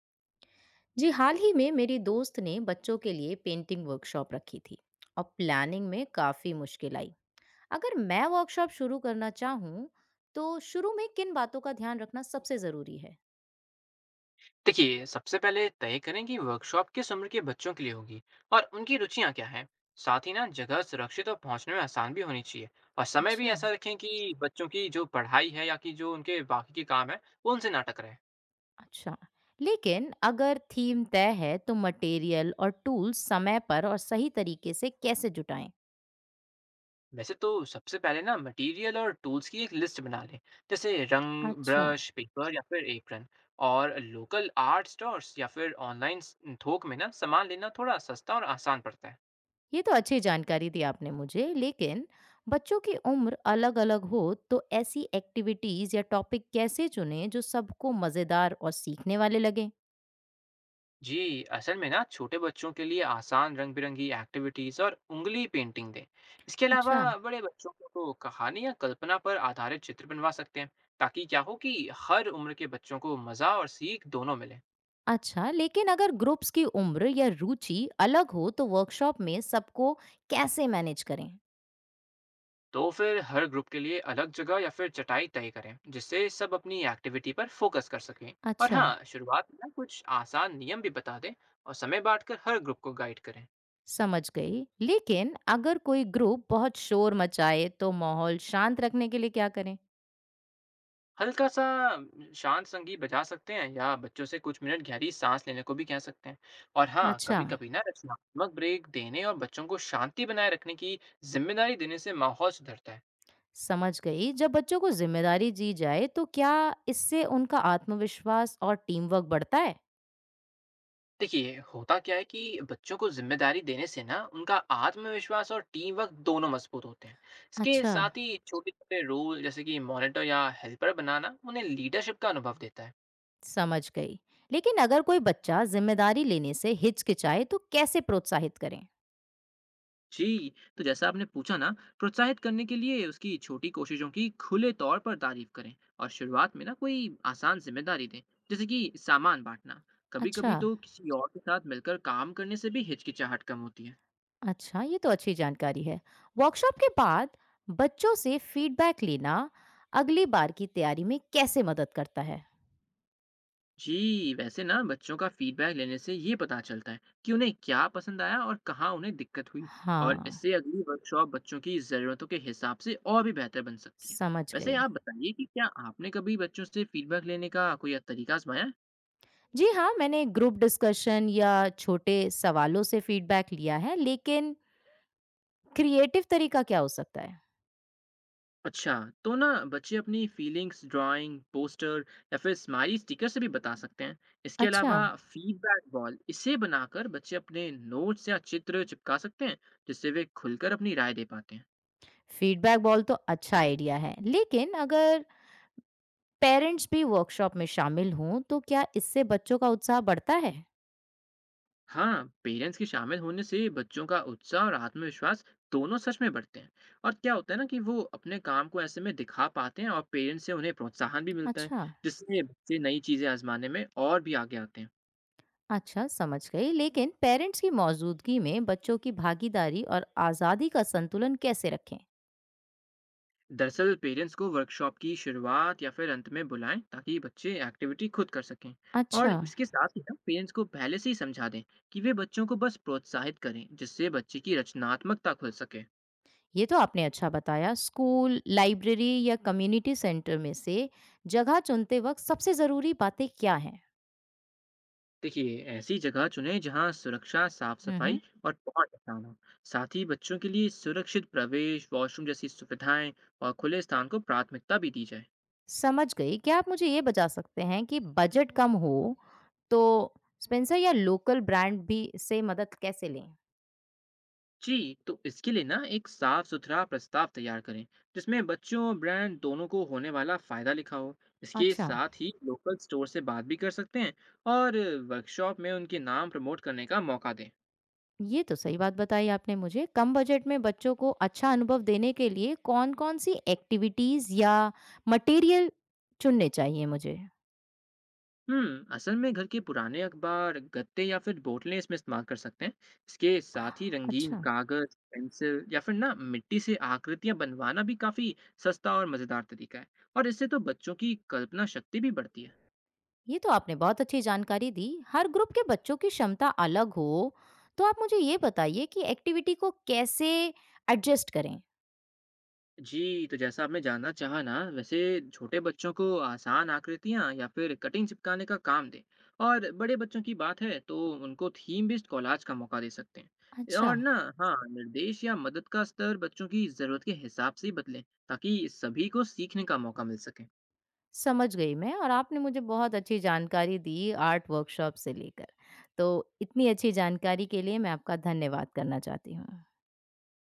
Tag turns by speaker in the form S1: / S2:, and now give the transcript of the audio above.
S1: जी, हाल ही में मेरी दोस्त ने बच्चों के लिए पेंटिंग वर्कशॉप रखी थी और प्लानिंग में काफी मुश्किल आई। अगर मैं वर्कशॉप शुरू करना चाहूँ तो शुरू में किन बातों का ध्यान रखना सबसे जरूरी है?
S2: देखिए, सबसे पहले तय करें कि वर्कशॉप किस उम्र के बच्चों के लिए होगी और उनकी रुचियां क्या हैं। साथ ही ना जगह सुरक्षित और पहुंचने में आसान भी होनी चाहिए। और समय भी
S1: अच्छा।
S2: ऐसा रखें कि बच्चों की जो पढ़ाई है या कि जो उनके बाकी के काम है, वो उनसे ना टकराए।
S1: अच्छा, लेकिन अगर थीम तय है तो मटेरियल और टूल्स समय पर और सही तरीके से कैसे जुटाएं?
S2: वैसे तो सबसे पहले ना मटेरियल और टूल्स की एक लिस्ट बना लें, जैसे रंग,
S1: अच्छा।
S2: ब्रश, पेपर या फिर एप्रन। और लोकल आर्ट स्टोर्स या फिर ऑनलाइन थोक में ना सामान लेना थोड़ा सस्ता और आसान पड़ता है।
S1: ये तो अच्छी जानकारी दी आपने मुझे, लेकिन बच्चों की उम्र अलग-अलग हो तो ऐसी एक्टिविटीज या टॉपिक कैसे चुने जो सबको मजेदार और सीखने वाले लगे?
S2: जी, असल में ना छोटे बच्चों के लिए आसान रंग बिरंगी एक्टिविटीज और उंगली पेंटिंग दें। इसके अलावा
S1: अच्छा।
S2: बड़े बच्चों को तो कहानी या कल्पना पर आधारित चित्र बनवा सकते हैं, ताकि क्या हो कि हर उम्र के बच्चों को मजा और सीख दोनों मिले।
S1: अच्छा, लेकिन अगर ग्रुप्स की उम्र या रुचि अलग हो तो वर्कशॉप में सबको कैसे मैनेज करें?
S2: तो फिर हर ग्रुप के लिए अलग जगह या फिर चटाई तय करें, जिससे सब अपनी एक्टिविटी पर फोकस कर सकें। और
S1: अच्छा।
S2: हाँ, शुरुआत में ना कुछ आसान नियम भी बता दें और समय बांटकर हर ग्रुप को गाइड करें।
S1: समझ गई, लेकिन अगर कोई ग्रुप बहुत शोर मचाए तो माहौल शांत रखने के लिए क्या करें?
S2: हल्का-सा शांत संगीत बजा सकते हैं या बच्चों से कुछ मिनट गहरी साँस लेने को भी कह सकते हैं। और हाँ,
S1: अच्छा।
S2: कभी-कभी ना रचनात्मक ब्रेक देने और बच्चों को शांति बनाए रखने की ज़िम्मेदारी देने से माहौल सुधरता है।
S1: समझ गई। जब बच्चों को जिम्मेदारी दी जाए तो क्या इससे उनका आत्मविश्वास और टीम वर्क बढ़ता है?
S2: देखिए, होता क्या है कि बच्चों को ज़िम्मेदारी देने से ना उनका आत्मविश्वास और टीम वर्क दोनों मज़बूत होते हैं। इसके
S1: अच्छा।
S2: साथ ही छोटे-छोटे रोल जैसे कि मॉनिटर या हेल्पर बनाना उन्हें लीडरशिप का अनुभव देता है।
S1: समझ गई, लेकिन अगर कोई बच्चा जिम्मेदारी लेने से हिचकिचाए तो कैसे प्रोत्साहित करें?
S2: जी, तो जैसा आपने पूछा ना, प्रोत्साहित करने के लिए उसकी छोटी कोशिशों की खुले तौर पर तारीफ करें और शुरुआत में ना कोई आसान जिम्मेदारी दें, जैसे कि सामान बांटना। कभी
S1: अच्छा।
S2: कभी तो किसी और के साथ मिलकर काम करने से भी हिचकिचाहट कम होती है।
S1: अच्छा, ये तो अच्छी जानकारी है। वर्कशॉप के बाद बच्चों से फीडबैक लेना अगली बार की तैयारी में कैसे मदद करता है?
S2: जी, वैसे ना बच्चों का फीडबैक लेने से ये पता चलता है कि उन्हें क्या पसंद आया और कहाँ उन्हें दिक्कत हुई। और
S1: हाँ।
S2: इससे अगली वर्कशॉप बच्चों की ज़रूरतों के हिसाब से और भी बेहतर बन सकती है।
S1: समझ
S2: वैसे
S1: गए।
S2: आप बताइए कि क्या आपने कभी बच्चों से फीडबैक लेने का कोई तरीका आजमाया है?
S1: जी हाँ, मैंने ग्रुप डिस्कशन या छोटे सवालों से फीडबैक लिया है, लेकिन क्रिएटिव तरीका क्या हो सकता है?
S2: अच्छा, तो ना बच्चे अपनी फीलिंग्स ड्राइंग पोस्टर या फिर स्माइली स्टिकर से भी बता सकते हैं। इसके
S1: अच्छा।
S2: अलावा फीडबैक बॉल इसे बनाकर बच्चे अपने नोट्स या चित्र चिपका सकते हैं, जिससे वे खुलकर अपनी राय दे पाते हैं।
S1: फीडबैक वॉल तो अच्छा आइडिया है, लेकिन अगर पेरेंट्स भी वर्कशॉप में शामिल हों, तो क्या इससे बच्चों का उत्साह बढ़ता है?
S2: हाँ, पेरेंट्स के शामिल होने से बच्चों का उत्साह और आत्मविश्वास दोनों सच में बढ़ते हैं। और क्या होता है ना कि वो अपने काम को ऐसे में दिखा पाते हैं और पेरेंट्स से उन्हें प्रोत्साहन भी मिलता है,
S1: अच्छा।
S2: जिससे बच्चे नई चीज़ें आजमाने में और भी आगे आते हैं।
S1: अच्छा, समझ गई, लेकिन पेरेंट्स की मौजूदगी में बच्चों की भागीदारी और आज़ादी का संतुलन कैसे रखें?
S2: दरअसल पेरेंट्स को वर्कशॉप की शुरुआत या फिर अंत में बुलाएं ताकि बच्चे एक्टिविटी खुद कर सकें।
S1: अच्छा।
S2: और इसके साथ ही ना पेरेंट्स को पहले से ही समझा दें कि वे बच्चों को बस प्रोत्साहित करें, जिससे बच्चे की रचनात्मकता खुल सके।
S1: ये तो आपने अच्छा बताया। स्कूल, लाइब्रेरी या कम्युनिटी सेंटर में से जगह चुनते वक्त सबसे ज़रूरी बातें क्या हैं?
S2: देखिए, ऐसी जगह चुनें जहां सुरक्षा, साफ
S1: हुँ,
S2: सफाई
S1: हुँ।
S2: और पहुंच आसान हो। साथ ही बच्चों के लिए सुरक्षित प्रवेश, वॉशरूम जैसी सुविधाएं और खुले स्थान को प्राथमिकता भी दी जाए।
S1: समझ गई। क्या आप मुझे ये बता सकते हैं कि बजट कम हो, तो स्पेंसर या लोकल ब्रांड भी से मदद कैसे लें?
S2: जी, तो इसके लिए ना एक साफ-सुथरा प्रस्ताव तैयार करें, जिसमें बच्चों और ब्रांड दोनों को होने वाला फ़ायदा लिखा हो। इसके
S1: अच्छा।
S2: साथ ही लोकल स्टोर से बात भी कर सकते हैं और वर्कशॉप में उनके नाम प्रमोट करने का मौका दें।
S1: ये तो सही बात बताई आपने मुझे। कम बजट में बच्चों को अच्छा अनुभव देने के लिए कौन-कौन सी एक्टिविटीज़ या मटेरियल चुनने चाहिए मुझे?
S2: हुँ, असल में घर के पुराने अखबार, गत्ते या फिर बोतलें इसमें इस्तेमाल कर सकते हैं। इसके साथ ही
S1: हाँ,
S2: रंगीन
S1: अच्छा।
S2: कागज़, पेंसिल या फिर ना मिट्टी से आकृतियाँ बनवाना भी काफ़ी सस्ता और मज़ेदार तरीका है और इससे तो बच्चों की कल्पना शक्ति भी बढ़ती है।
S1: ये तो आपने बहुत अच्छी जानकारी दी। हर ग्रुप के बच्चों की क्षमता अलग हो, तो आप मुझे ये बताइए कि एक्टिविटी को कैसे एडजस्ट करें?
S2: जी, तो जैसा आपने जानना चाहा ना, वैसे छोटे बच्चों को आसान आकृतियाँ या फिर कटिंग चिपकाने का काम दें और बड़े बच्चों की बात है तो उनको थीम बेस्ड कॉलाज का मौका दे सकते हैं।
S1: अच्छा।
S2: और ना, हाँ, निर्देश या मदद का स्तर बच्चों की ज़रूरत के हिसाब से ही बदलें ताकि सभी को सीखने का मौका मिल सके।
S1: समझ गई मैं, और आपने मुझे बहुत अच्छी जानकारी दी आर्ट वर्कशॉप से लेकर। तो इतनी अच्छी जानकारी के लिए मैं आपका धन्यवाद करना चाहती हूँ।